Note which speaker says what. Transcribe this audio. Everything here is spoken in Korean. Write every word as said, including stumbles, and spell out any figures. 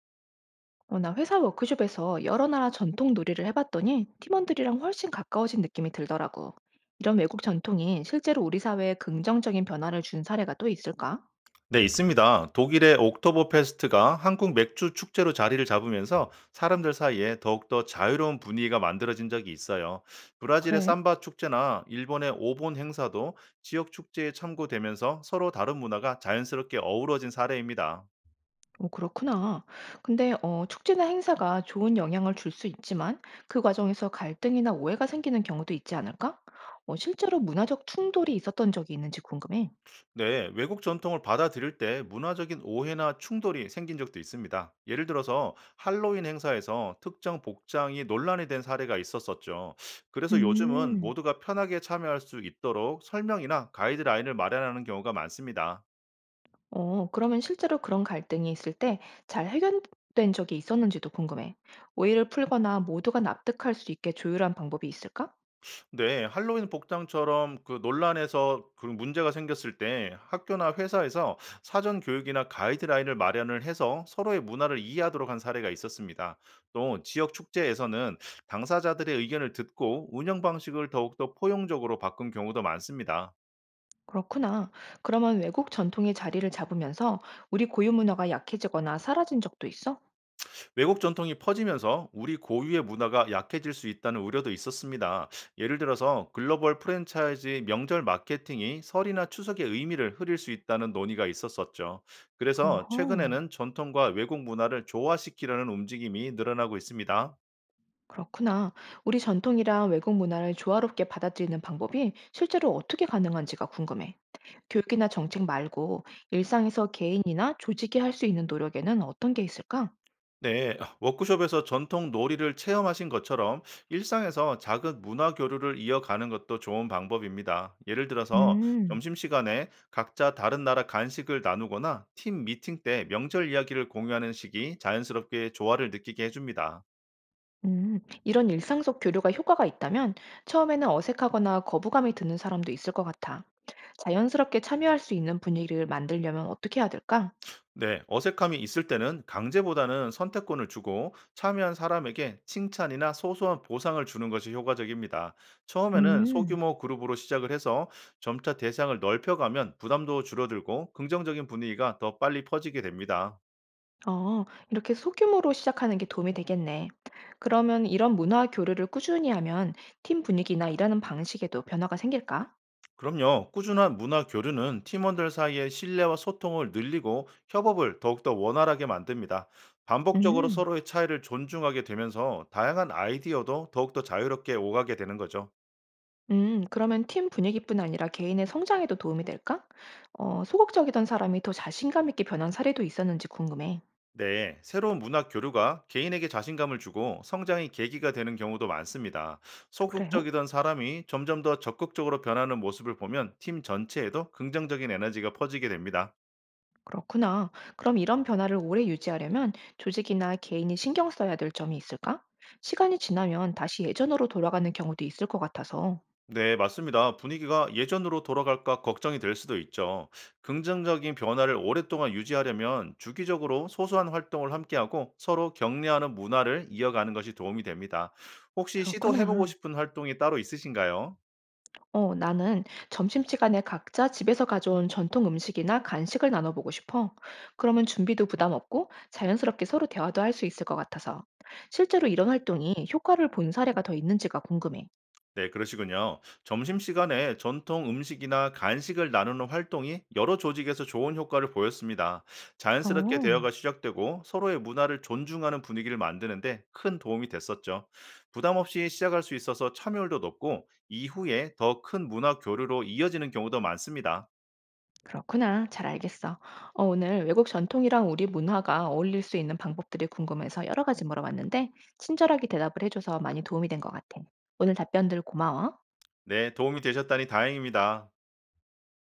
Speaker 1: 어, 나 회사 워크숍에서 여러 나라 전통 놀이를 해봤더니 팀원들이랑 훨씬 가까워진 느낌이 들더라고. 이런 외국 전통이 실제로 우리 사회에 긍정적인 변화를 준 사례가 또 있을까?
Speaker 2: 네, 있습니다. 독일의 옥토버 페스트가 한국 맥주 축제로 자리를 잡으면서 사람들 사이에 더욱더 자유로운 분위기가 만들어진 적이 있어요. 브라질의
Speaker 1: 그래?
Speaker 2: 삼바 축제나 일본의 오본 행사도 지역 축제에 참고되면서 서로 다른 문화가 자연스럽게 어우러진 사례입니다.
Speaker 1: 어, 그렇구나. 근데 어, 축제나 행사가 좋은 영향을 줄 수 있지만 그 과정에서 갈등이나 오해가 생기는 경우도 있지 않을까? 어, 실제로 문화적 충돌이 있었던 적이 있는지 궁금해.
Speaker 2: 네, 외국 전통을 받아들일 때 문화적인 오해나 충돌이 생긴 적도 있습니다. 예를 들어서 할로윈 행사에서 특정 복장이 논란이 된 사례가 있었었죠. 그래서 요즘은
Speaker 1: 음.
Speaker 2: 모두가 편하게 참여할 수 있도록 설명이나 가이드라인을 마련하는 경우가 많습니다.
Speaker 1: 어, 그러면 실제로 그런 갈등이 있을 때 잘 해결된 적이 있었는지도 궁금해. 오해를 풀거나 모두가 납득할 수 있게 조율한 방법이 있을까?
Speaker 2: 네. 할로윈 복장처럼 그 논란에서 그런 문제가 생겼을 때 학교나 회사에서 사전 교육이나 가이드라인을 마련을 해서 서로의 문화를 이해하도록 한 사례가 있었습니다. 또 지역 축제에서는 당사자들의 의견을 듣고 운영 방식을 더욱더 포용적으로 바꾼 경우도 많습니다.
Speaker 1: 그렇구나. 그러면 외국 전통의 자리를 잡으면서 우리 고유 문화가 약해지거나 사라진 적도 있어?
Speaker 2: 외국 전통이 퍼지면서 우리 고유의 문화가 약해질 수 있다는 우려도 있었습니다. 예를 들어서 글로벌 프랜차이즈 명절 마케팅이 설이나 추석의 의미를 흐릴 수 있다는 논의가 있었었죠. 그래서
Speaker 1: 어허,
Speaker 2: 최근에는 전통과 외국 문화를 조화시키려는 움직임이 늘어나고 있습니다.
Speaker 1: 그렇구나. 우리 전통이랑 외국 문화를 조화롭게 받아들이는 방법이 실제로 어떻게 가능한지가 궁금해. 교육이나 정책 말고 일상에서 개인이나 조직이 할 수 있는 노력에는 어떤 게 있을까?
Speaker 2: 네, 워크숍에서 전통 놀이를 체험하신 것처럼 일상에서 작은 문화 교류를 이어가는 것도 좋은 방법입니다. 예를 들어서
Speaker 1: 음.
Speaker 2: 점심시간에 각자 다른 나라 간식을 나누거나 팀 미팅 때 명절 이야기를 공유하는 식이 자연스럽게 조화를 느끼게 해줍니다.
Speaker 1: 음, 이런 일상 속 교류가 효과가 있다면 처음에는 어색하거나 거부감이 드는 사람도 있을 것 같아. 자연스럽게 참여할 수 있는 분위기를 만들려면 어떻게 해야 될까?
Speaker 2: 네, 어색함이 있을 때는 강제보다는 선택권을 주고 참여한 사람에게 칭찬이나 소소한 보상을 주는 것이 효과적입니다. 처음에는
Speaker 1: 음,
Speaker 2: 소규모 그룹으로 시작을 해서 점차 대상을 넓혀가면 부담도 줄어들고 긍정적인 분위기가 더 빨리 퍼지게 됩니다.
Speaker 1: 어, 이렇게 소규모로 시작하는 게 도움이 되겠네. 그러면 이런 문화 교류를 꾸준히 하면 팀 분위기나 일하는 방식에도 변화가 생길까?
Speaker 2: 그럼요, 꾸준한 문화 교류는 팀원들 사이의 신뢰와 소통을 늘리고 협업을 더욱더 원활하게 만듭니다. 반복적으로
Speaker 1: 음.
Speaker 2: 서로의 차이를 존중하게 되면서 다양한 아이디어도 더욱더 자유롭게 오가게 되는 거죠.
Speaker 1: 음, 그러면 팀 분위기뿐 아니라 개인의 성장에도 도움이 될까? 어, 소극적이던 사람이 더 자신감 있게 변한 사례도 있었는지 궁금해.
Speaker 2: 네, 새로운 문학 교류가 개인에게 자신감을 주고 성장의 계기가 되는 경우도 많습니다.
Speaker 1: 그래?
Speaker 2: 소극적이던 사람이 점점 더 적극적으로 변하는 모습을 보면 팀 전체에도 긍정적인 에너지가 퍼지게 됩니다.
Speaker 1: 그렇구나. 그럼 이런 변화를 오래 유지하려면 조직이나 개인이 신경 써야 될 점이 있을까? 시간이 지나면 다시 예전으로 돌아가는 경우도 있을 것 같아서.
Speaker 2: 네, 맞습니다. 분위기가 예전으로 돌아갈까 걱정이 될 수도 있죠. 긍정적인 변화를 오랫동안 유지하려면 주기적으로 소소한 활동을 함께하고 서로 격려하는 문화를 이어가는 것이 도움이 됩니다. 혹시 시도해보고
Speaker 1: 그렇구나.
Speaker 2: 싶은 활동이 따로 있으신가요?
Speaker 1: 어, 나는 점심시간에 각자 집에서 가져온 전통 음식이나 간식을 나눠보고 싶어. 그러면 준비도 부담 없고 자연스럽게 서로 대화도 할 수 있을 것 같아서. 실제로 이런 활동이 효과를 본 사례가 더 있는지가 궁금해.
Speaker 2: 네, 그러시군요. 점심시간에 전통 음식이나 간식을 나누는 활동이 여러 조직에서 좋은 효과를 보였습니다. 자연스럽게
Speaker 1: 어.
Speaker 2: 대화가 시작되고 서로의 문화를 존중하는 분위기를 만드는데 큰 도움이 됐었죠. 부담 없이 시작할 수 있어서 참여율도 높고 이후에 더 큰 문화 교류로 이어지는 경우도 많습니다.
Speaker 1: 그렇구나. 잘 알겠어. 어, 오늘 외국 전통이랑 우리 문화가 어울릴 수 있는 방법들이 궁금해서 여러 가지 물어봤는데, 친절하게 대답을 해줘서 많이 도움이 된 것 같아. 오늘 답변들 고마워.
Speaker 2: 네, 도움이 되셨다니 다행입니다.